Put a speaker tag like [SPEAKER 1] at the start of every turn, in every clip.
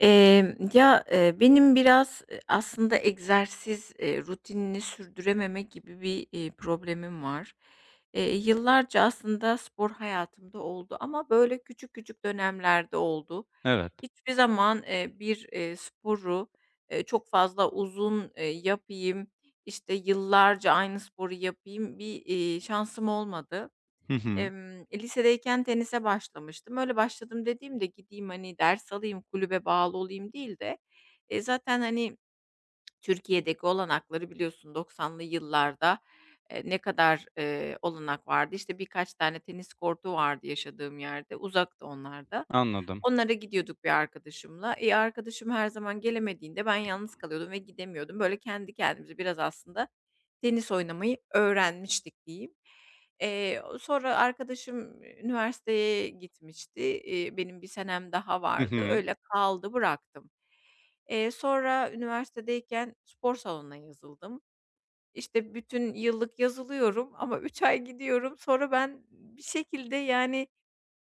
[SPEAKER 1] Ya, benim biraz, aslında egzersiz, rutinini sürdürememe gibi bir, problemim var. Yıllarca aslında spor hayatımda oldu ama böyle küçük küçük dönemlerde oldu.
[SPEAKER 2] Evet.
[SPEAKER 1] Hiçbir zaman, bir, sporu, çok fazla uzun, yapayım, işte, yıllarca aynı sporu yapayım bir, şansım olmadı.
[SPEAKER 2] Hı hı.
[SPEAKER 1] Lisedeyken tenise başlamıştım. Öyle başladım dediğimde gideyim, hani, ders alayım, kulübe bağlı olayım değil de, zaten, hani, Türkiye'deki olanakları biliyorsun 90'lı yıllarda, ne kadar, olanak vardı. İşte, birkaç tane tenis kortu vardı yaşadığım yerde, uzakta onlar da.
[SPEAKER 2] Anladım.
[SPEAKER 1] Onlara gidiyorduk bir arkadaşımla. E, arkadaşım her zaman gelemediğinde ben yalnız kalıyordum ve gidemiyordum. Böyle kendi kendimize biraz aslında tenis oynamayı öğrenmiştik diyeyim. O sonra arkadaşım üniversiteye gitmişti. Benim bir senem daha
[SPEAKER 2] Hı
[SPEAKER 1] vardı.
[SPEAKER 2] hı.
[SPEAKER 1] Öyle kaldı, bıraktım. Sonra üniversitedeyken spor salonuna yazıldım. İşte, bütün yıllık yazılıyorum ama 3 ay gidiyorum. Sonra ben bir şekilde, yani,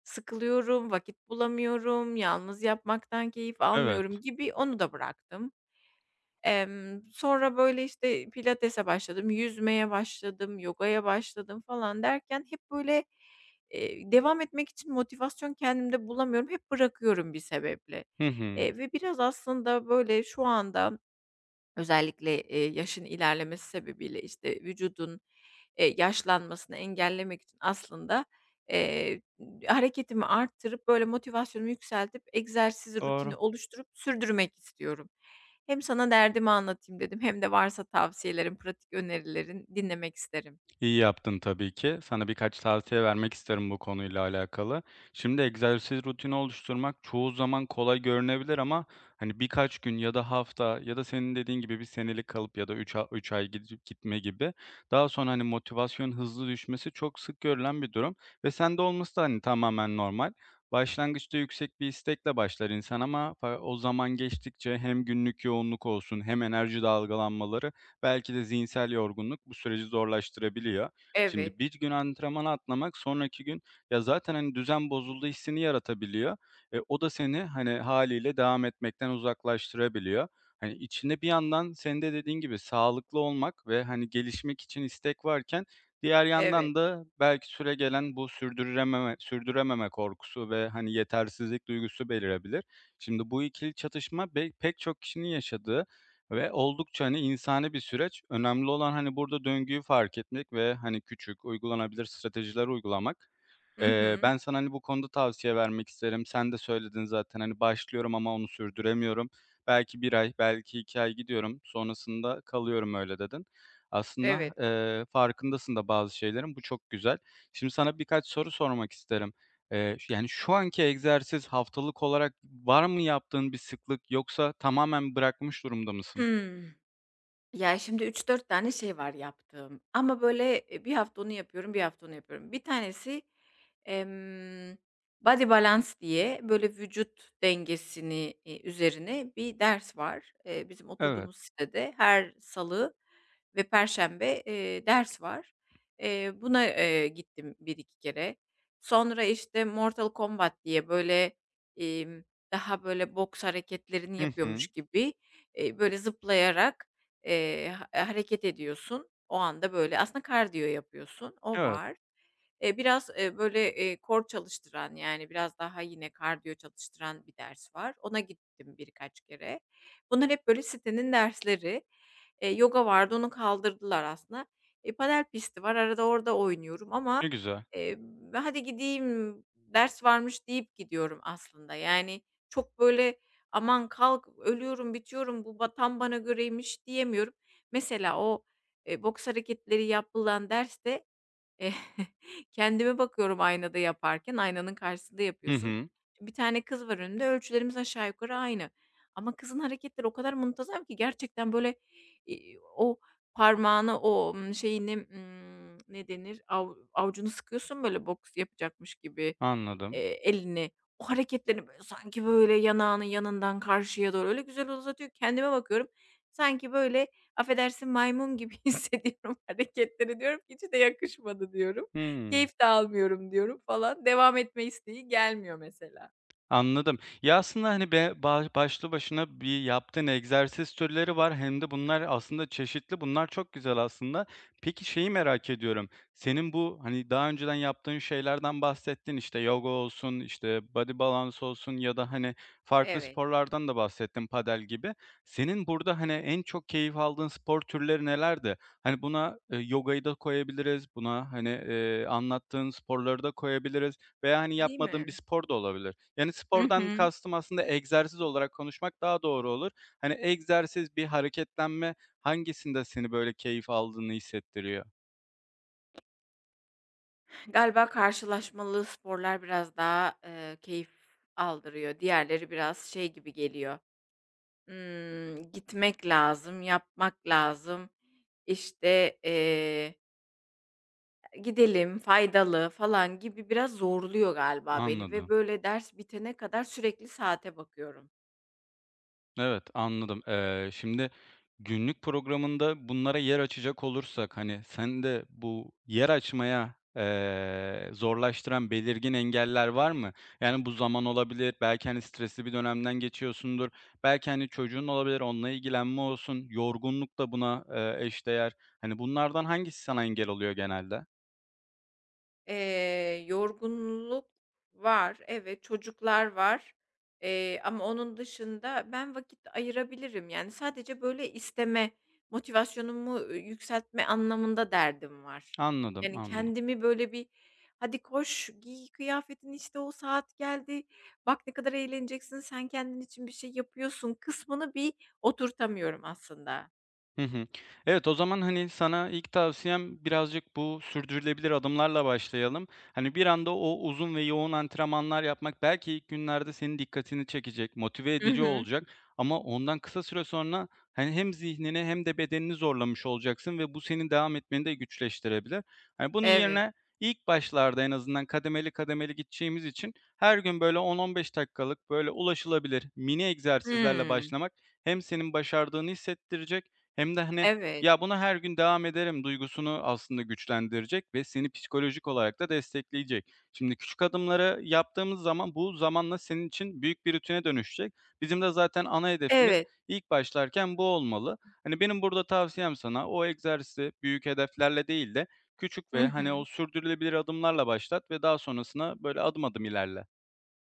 [SPEAKER 1] sıkılıyorum, vakit bulamıyorum, yalnız yapmaktan keyif
[SPEAKER 2] Evet.
[SPEAKER 1] almıyorum gibi onu da bıraktım. Sonra, böyle, işte, pilatese başladım, yüzmeye başladım, yogaya başladım falan derken hep, böyle, devam etmek için motivasyon kendimde bulamıyorum. Hep bırakıyorum bir sebeple.
[SPEAKER 2] Hı hı.
[SPEAKER 1] Ve biraz aslında, böyle, şu anda özellikle, yaşın ilerlemesi sebebiyle, işte, vücudun, yaşlanmasını engellemek için aslında, eee, hareketimi arttırıp, böyle, motivasyonumu yükseltip egzersiz rutini
[SPEAKER 2] Doğru.
[SPEAKER 1] oluşturup sürdürmek istiyorum. Hem sana derdimi anlatayım dedim hem de varsa tavsiyelerin, pratik önerilerin dinlemek isterim.
[SPEAKER 2] İyi yaptın tabii ki. Sana birkaç tavsiye vermek isterim bu konuyla alakalı. Şimdi egzersiz rutini oluşturmak çoğu zaman kolay görünebilir ama hani birkaç gün ya da hafta ya da senin dediğin gibi bir senelik kalıp ya da 3 ay, üç ay gidip gitme gibi daha sonra hani motivasyon hızlı düşmesi çok sık görülen bir durum ve sende olması da hani tamamen normal. Başlangıçta yüksek bir istekle başlar insan ama o zaman geçtikçe hem günlük yoğunluk olsun hem enerji dalgalanmaları, belki de zihinsel yorgunluk bu süreci zorlaştırabiliyor. Şimdi
[SPEAKER 1] Evet,
[SPEAKER 2] bir gün antrenmanı atlamak sonraki gün ya zaten hani düzen bozuldu hissini yaratabiliyor. O da seni hani haliyle devam etmekten uzaklaştırabiliyor. Hani içinde bir yandan senin de dediğin gibi sağlıklı olmak ve hani gelişmek için istek varken diğer
[SPEAKER 1] evet.
[SPEAKER 2] yandan da belki süre gelen bu sürdürememe korkusu ve hani yetersizlik duygusu belirebilir. Şimdi bu ikili çatışma pek çok kişinin yaşadığı ve oldukça, hani, insani bir süreç. Önemli olan, hani, burada döngüyü fark etmek ve, hani, küçük, uygulanabilir stratejiler uygulamak.
[SPEAKER 1] Hı
[SPEAKER 2] Ben
[SPEAKER 1] hı.
[SPEAKER 2] sana, hani, bu konuda tavsiye vermek isterim. Sen de söyledin zaten, hani, başlıyorum ama onu sürdüremiyorum. Belki bir ay, belki 2 ay gidiyorum, sonrasında kalıyorum öyle dedin. Aslında,
[SPEAKER 1] Evet.
[SPEAKER 2] farkındasın da bazı şeylerin, bu çok güzel. Şimdi sana birkaç soru sormak isterim. Ş Yani, şu anki egzersiz haftalık olarak var mı yaptığın bir sıklık yoksa tamamen bırakmış durumda mısın?
[SPEAKER 1] Hımm. Ya, şimdi üç dört tane şey var yaptığım ama, böyle, bir hafta onu yapıyorum, bir hafta onu yapıyorum. Bir tanesi Emm, Body Balance diye böyle vücut dengesini, üzerine bir ders var. Bizim
[SPEAKER 2] Evet.
[SPEAKER 1] oturduğumuz sitede her salı ve perşembe, ders var. Buna, gittim bir iki kere. Sonra, işte, Mortal Kombat diye, böyle, emm, daha böyle boks hareketlerini
[SPEAKER 2] Hı hı.
[SPEAKER 1] yapıyormuş gibi, böyle zıplayarak, hareket ediyorsun. O anda böyle aslında kardiyo yapıyorsun. O
[SPEAKER 2] Evet,
[SPEAKER 1] var. Biraz, böyle, kor çalıştıran, yani, biraz daha yine kardiyo çalıştıran bir ders var. Ona gittim birkaç kere. Bunlar hep böyle sitenin dersleri. Yoga vardı, onu kaldırdılar aslında. E, padel pisti var, arada orada oynuyorum ama,
[SPEAKER 2] ne güzel.
[SPEAKER 1] hadi gideyim, ders varmış deyip gidiyorum aslında. Yani, çok böyle, aman kalk, ölüyorum, bitiyorum, bu tam bana göreymiş diyemiyorum. Mesela o, boks hareketleri yapılan derste Eh, kendime bakıyorum aynada yaparken, aynanın karşısında
[SPEAKER 2] Hı
[SPEAKER 1] yapıyorsun.
[SPEAKER 2] hı.
[SPEAKER 1] Bir tane kız var önünde ölçülerimiz aşağı yukarı aynı. Ama kızın hareketleri o kadar muntazam ki gerçekten böyle, o parmağını, o, şeyini, ne denir, avucunu sıkıyorsun böyle boks yapacakmış gibi,
[SPEAKER 2] Anladım.
[SPEAKER 1] eee, elini. O hareketlerini böyle sanki böyle yanağının yanından karşıya doğru öyle güzel uzatıyor. Kendime bakıyorum sanki böyle affedersin maymun gibi hissediyorum hareketleri diyorum ki hiç de yakışmadı diyorum.
[SPEAKER 2] Hı.
[SPEAKER 1] Keyif de almıyorum diyorum falan. Devam etme isteği gelmiyor mesela.
[SPEAKER 2] Anladım. Ya, aslında, hani, be ba başlı başına bir yaptığın egzersiz türleri var hem de bunlar aslında çeşitli. Bunlar çok güzel aslında. Peki şeyi merak ediyorum. Senin bu, hani, daha önceden yaptığın şeylerden bahsettin. İşte, yoga olsun, işte, body balance olsun ya da, hani, farklı
[SPEAKER 1] Evet,
[SPEAKER 2] sporlardan da bahsettin, padel gibi. Senin burada, hani, en çok keyif aldığın spor türleri nelerdi? Hani, buna, yogayı da koyabiliriz, buna, hani, anlattığın sporları da koyabiliriz veya, hani,
[SPEAKER 1] değil
[SPEAKER 2] yapmadığın bir
[SPEAKER 1] mi?
[SPEAKER 2] spor da olabilir. Yani,
[SPEAKER 1] Hı
[SPEAKER 2] spordan
[SPEAKER 1] hı.
[SPEAKER 2] kastım aslında egzersiz olarak konuşmak daha doğru olur. Hani, egzersiz, bir hareketlenme hangisinde seni böyle keyif aldığını hissettiriyor?
[SPEAKER 1] Galiba karşılaşmalı sporlar biraz daha, keyif aldırıyor. Diğerleri biraz şey gibi geliyor, gitmek lazım, yapmak lazım, İşte. Gidelim, faydalı falan gibi biraz zorluyor galiba beni ve
[SPEAKER 2] Anladım.
[SPEAKER 1] böyle ders bitene kadar sürekli saate bakıyorum.
[SPEAKER 2] Evet, anladım. Şimdi günlük programında bunlara yer açacak olursak, hani, sen de bu yer açmaya, zorlaştıran belirgin engeller var mı? Yani, bu zaman olabilir, belki, hani, stresli bir dönemden geçiyorsundur, belki, hani, çocuğun olabilir, onunla ilgilenme olsun, yorgunluk da buna, eşdeğer. Hani, bunlardan hangisi sana engel oluyor genelde?
[SPEAKER 1] Yorgunluk var, evet, çocuklar var, ama onun dışında ben vakit ayırabilirim. Yani, sadece, böyle, isteme, motivasyonumu, yükseltme anlamında derdim var.
[SPEAKER 2] Anladım,
[SPEAKER 1] Yani,
[SPEAKER 2] anladım.
[SPEAKER 1] kendimi, böyle, bir "Hadi koş, giy kıyafetini, işte, o saat geldi, bak ne kadar eğleneceksin, sen kendin için bir şey yapıyorsun." kısmını bir oturtamıyorum aslında.
[SPEAKER 2] Hı hı. Evet, o zaman, hani, sana ilk tavsiyem birazcık bu sürdürülebilir adımlarla başlayalım. Hani, bir anda o uzun ve yoğun antrenmanlar yapmak belki ilk günlerde senin dikkatini çekecek, motive
[SPEAKER 1] Hı
[SPEAKER 2] edici
[SPEAKER 1] hı.
[SPEAKER 2] olacak ama ondan kısa süre sonra, hani, hem zihnini hem de bedenini zorlamış olacaksın ve bu senin devam etmeni de güçleştirebilir. Hani, bunun
[SPEAKER 1] Evet.
[SPEAKER 2] yerine ilk başlarda en azından kademeli kademeli gideceğimiz için her gün böyle on 15 dakikalık, böyle ulaşılabilir mini egzersizlerle
[SPEAKER 1] Hımm.
[SPEAKER 2] başlamak hem senin başardığını hissettirecek hem de, hani,
[SPEAKER 1] Evet.
[SPEAKER 2] ya, buna her gün devam ederim duygusunu aslında güçlendirecek ve seni psikolojik olarak da destekleyecek. Şimdi küçük adımları yaptığımız zaman bu zamanla senin için büyük bir rutine dönüşecek. Bizim de zaten ana hedefimiz
[SPEAKER 1] Evet.
[SPEAKER 2] ilk başlarken bu olmalı. Hani, benim burada tavsiyem sana o egzersizi büyük hedeflerle değil de küçük
[SPEAKER 1] Hı
[SPEAKER 2] ve, hani,
[SPEAKER 1] hı.
[SPEAKER 2] o sürdürülebilir adımlarla başlat ve daha sonrasına böyle adım adım ilerle.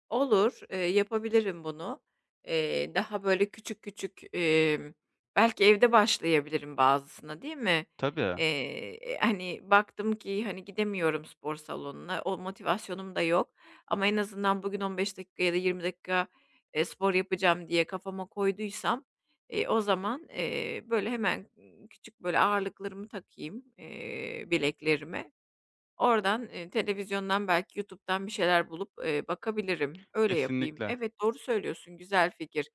[SPEAKER 1] Olur, yapabilirim bunu. Daha böyle küçük küçük, belki evde başlayabilirim bazısına, değil mi?
[SPEAKER 2] Tabii,
[SPEAKER 1] Baktım ki, hani, gidemiyorum spor salonuna, o motivasyonum da yok ama en azından bugün 15 dakika ya da 20 dakika, spor yapacağım diye kafama koyduysam, o zaman, böyle, hemen, küçük, böyle, ağırlıklarımı takayım, bileklerime. Oradan, televizyondan belki YouTube'dan bir şeyler bulup, bakabilirim. Öyle yapayım.
[SPEAKER 2] kesinlikle.
[SPEAKER 1] Evet, doğru söylüyorsun, güzel fikir.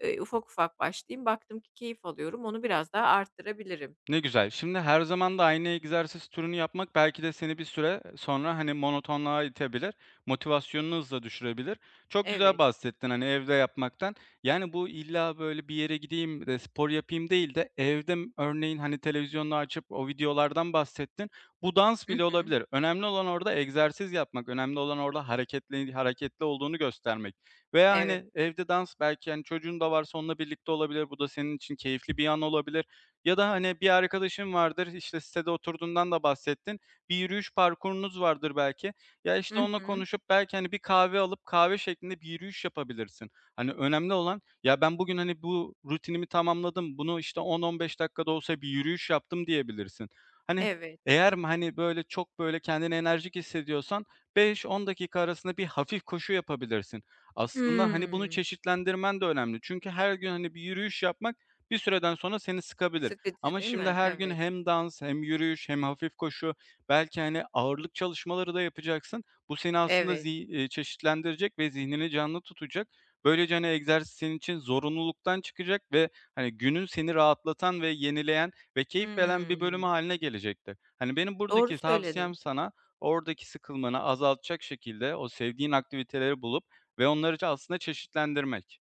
[SPEAKER 1] Ufak ufak başlayayım. Baktım ki keyif alıyorum, onu biraz daha arttırabilirim.
[SPEAKER 2] Ne güzel. Şimdi her zaman da aynı egzersiz türünü yapmak belki de seni bir süre sonra, hani, monotonluğa itebilir, motivasyonunu hızla düşürebilir. Çok güzel
[SPEAKER 1] Evet.
[SPEAKER 2] bahsettin, hani, evde yapmaktan. Yani, bu illa, böyle, bir yere gideyim de spor yapayım değil de evde örneğin, hani, televizyonunu açıp o videolardan bahsettin. Bu dans
[SPEAKER 1] Hı
[SPEAKER 2] bile
[SPEAKER 1] hı.
[SPEAKER 2] olabilir. Önemli olan orada egzersiz yapmak, önemli olan orada hareketli hareketli olduğunu göstermek veya,
[SPEAKER 1] Evet.
[SPEAKER 2] hani, evde dans belki, hani, çocuğun da varsa onunla birlikte olabilir. Bu da senin için keyifli bir an olabilir. Ya da, hani, bir arkadaşın vardır, işte, sitede oturduğundan da bahsettin. Bir yürüyüş parkurunuz vardır belki. Ya, işte,
[SPEAKER 1] Hı
[SPEAKER 2] onunla
[SPEAKER 1] hı.
[SPEAKER 2] konuşup belki, hani, bir kahve alıp kahve şeklinde bir yürüyüş yapabilirsin. Hani, önemli olan, "Ya, ben bugün, hani, bu rutinimi tamamladım. Bunu, işte, 10-15 dakika da olsa bir yürüyüş yaptım," diyebilirsin. Hani,
[SPEAKER 1] Evet.
[SPEAKER 2] eğer m hani, böyle, çok, böyle, kendini enerjik hissediyorsan 5-10 dakika arasında bir hafif koşu yapabilirsin. Aslında, hani, bunu
[SPEAKER 1] Hımm.
[SPEAKER 2] çeşitlendirmen de önemli. Çünkü her gün, hani, bir yürüyüş yapmak bir süreden sonra seni sıkabilir.
[SPEAKER 1] Sıkıcı
[SPEAKER 2] Ama
[SPEAKER 1] değil
[SPEAKER 2] şimdi
[SPEAKER 1] mi?
[SPEAKER 2] her gün
[SPEAKER 1] Evet.
[SPEAKER 2] hem dans hem yürüyüş hem hafif koşu, belki, hani, ağırlık çalışmaları da yapacaksın. Bu seni aslında
[SPEAKER 1] Evet.
[SPEAKER 2] zi çeşitlendirecek ve zihnini canlı tutacak. Böylece, hani, egzersiz senin için zorunluluktan çıkacak ve, hani, günün seni rahatlatan ve yenileyen ve keyif veren bir bölümü
[SPEAKER 1] Hımm.
[SPEAKER 2] haline gelecektir. Hani, benim
[SPEAKER 1] Doğru
[SPEAKER 2] buradaki tavsiyem
[SPEAKER 1] söyledin.
[SPEAKER 2] sana oradaki sıkılmanı azaltacak şekilde o sevdiğin aktiviteleri bulup ve onları da aslında çeşitlendirmek.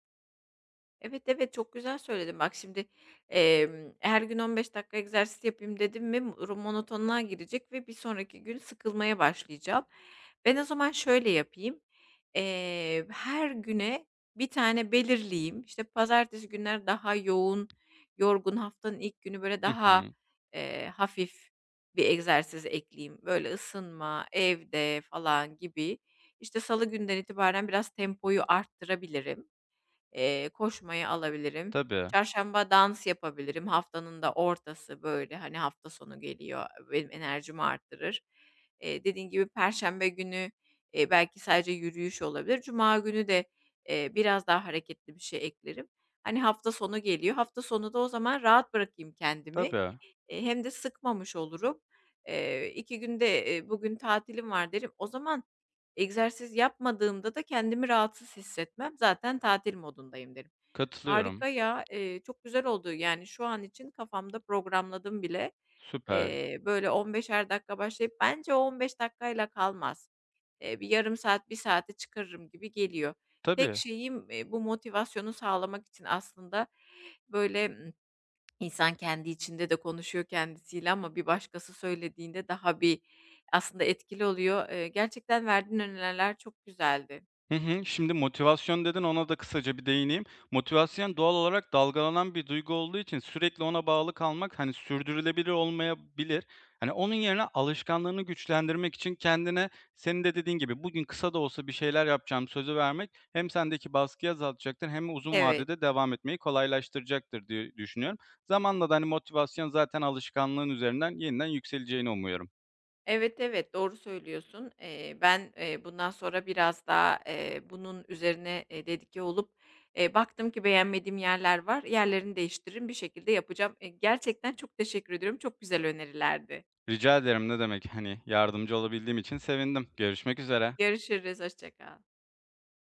[SPEAKER 1] Evet, evet, çok güzel söyledin. Bak şimdi, her gün 15 dakika egzersiz yapayım dedim mi monotonluğa girecek ve bir sonraki gün sıkılmaya başlayacağım. Ben o zaman şöyle yapayım, her güne bir tane belirleyeyim. İşte, pazartesi günler daha yoğun, yorgun, haftanın ilk günü, böyle,
[SPEAKER 2] Hı
[SPEAKER 1] daha,
[SPEAKER 2] hı.
[SPEAKER 1] hafif bir egzersiz ekleyeyim. Böyle ısınma, evde falan gibi. İşte, salı günden itibaren biraz tempoyu arttırabilirim. Koşmayı alabilirim.
[SPEAKER 2] Tabii,
[SPEAKER 1] Çarşamba dans yapabilirim. Haftanın da ortası, böyle, hani, hafta sonu geliyor, benim enerjimi arttırır. Dediğin gibi perşembe günü, belki sadece yürüyüş olabilir. Cuma günü de, biraz daha hareketli bir şey eklerim. Hani, hafta sonu geliyor. Hafta sonu da o zaman rahat bırakayım kendimi.
[SPEAKER 2] tabii.
[SPEAKER 1] Hem de sıkmamış olurum. 2 gün de, bugün tatilim var derim. O zaman egzersiz yapmadığımda da kendimi rahatsız hissetmem. Zaten tatil modundayım derim.
[SPEAKER 2] Katılıyorum.
[SPEAKER 1] Harika ya, çok güzel oldu. Yani, şu an için kafamda programladım bile.
[SPEAKER 2] Süper.
[SPEAKER 1] Böyle 15'er dakika başlayıp bence o 15 dakikayla kalmaz. Bir yarım saat, bir saate çıkarırım gibi geliyor. Tek
[SPEAKER 2] Tabii.
[SPEAKER 1] şeyim, bu motivasyonu sağlamak için aslında böyle. İnsan kendi içinde de konuşuyor kendisiyle ama bir başkası söylediğinde daha bir aslında etkili oluyor. Gerçekten verdiğin öneriler çok güzeldi.
[SPEAKER 2] Hı hı. Şimdi motivasyon dedin, ona da kısaca bir değineyim. Motivasyon doğal olarak dalgalanan bir duygu olduğu için sürekli ona bağlı kalmak hani sürdürülebilir olmayabilir. Hani onun yerine alışkanlığını güçlendirmek için kendine senin de dediğin gibi bugün kısa da olsa bir şeyler yapacağım sözü vermek hem sendeki baskıyı azaltacaktır hem uzun
[SPEAKER 1] Evet.
[SPEAKER 2] vadede devam etmeyi kolaylaştıracaktır diye düşünüyorum. Zamanla da hani motivasyon zaten alışkanlığın üzerinden yeniden yükseleceğini umuyorum.
[SPEAKER 1] Evet, evet, doğru söylüyorsun. Ben, bundan sonra biraz daha, bunun üzerine, dedike olup, baktım ki beğenmediğim yerler var, yerlerini değiştiririm, bir şekilde yapacağım. Gerçekten çok teşekkür ediyorum. Çok güzel önerilerdi.
[SPEAKER 2] Rica ederim, ne demek, hani yardımcı olabildiğim için sevindim. Görüşmek üzere.
[SPEAKER 1] Görüşürüz, hoşça kal.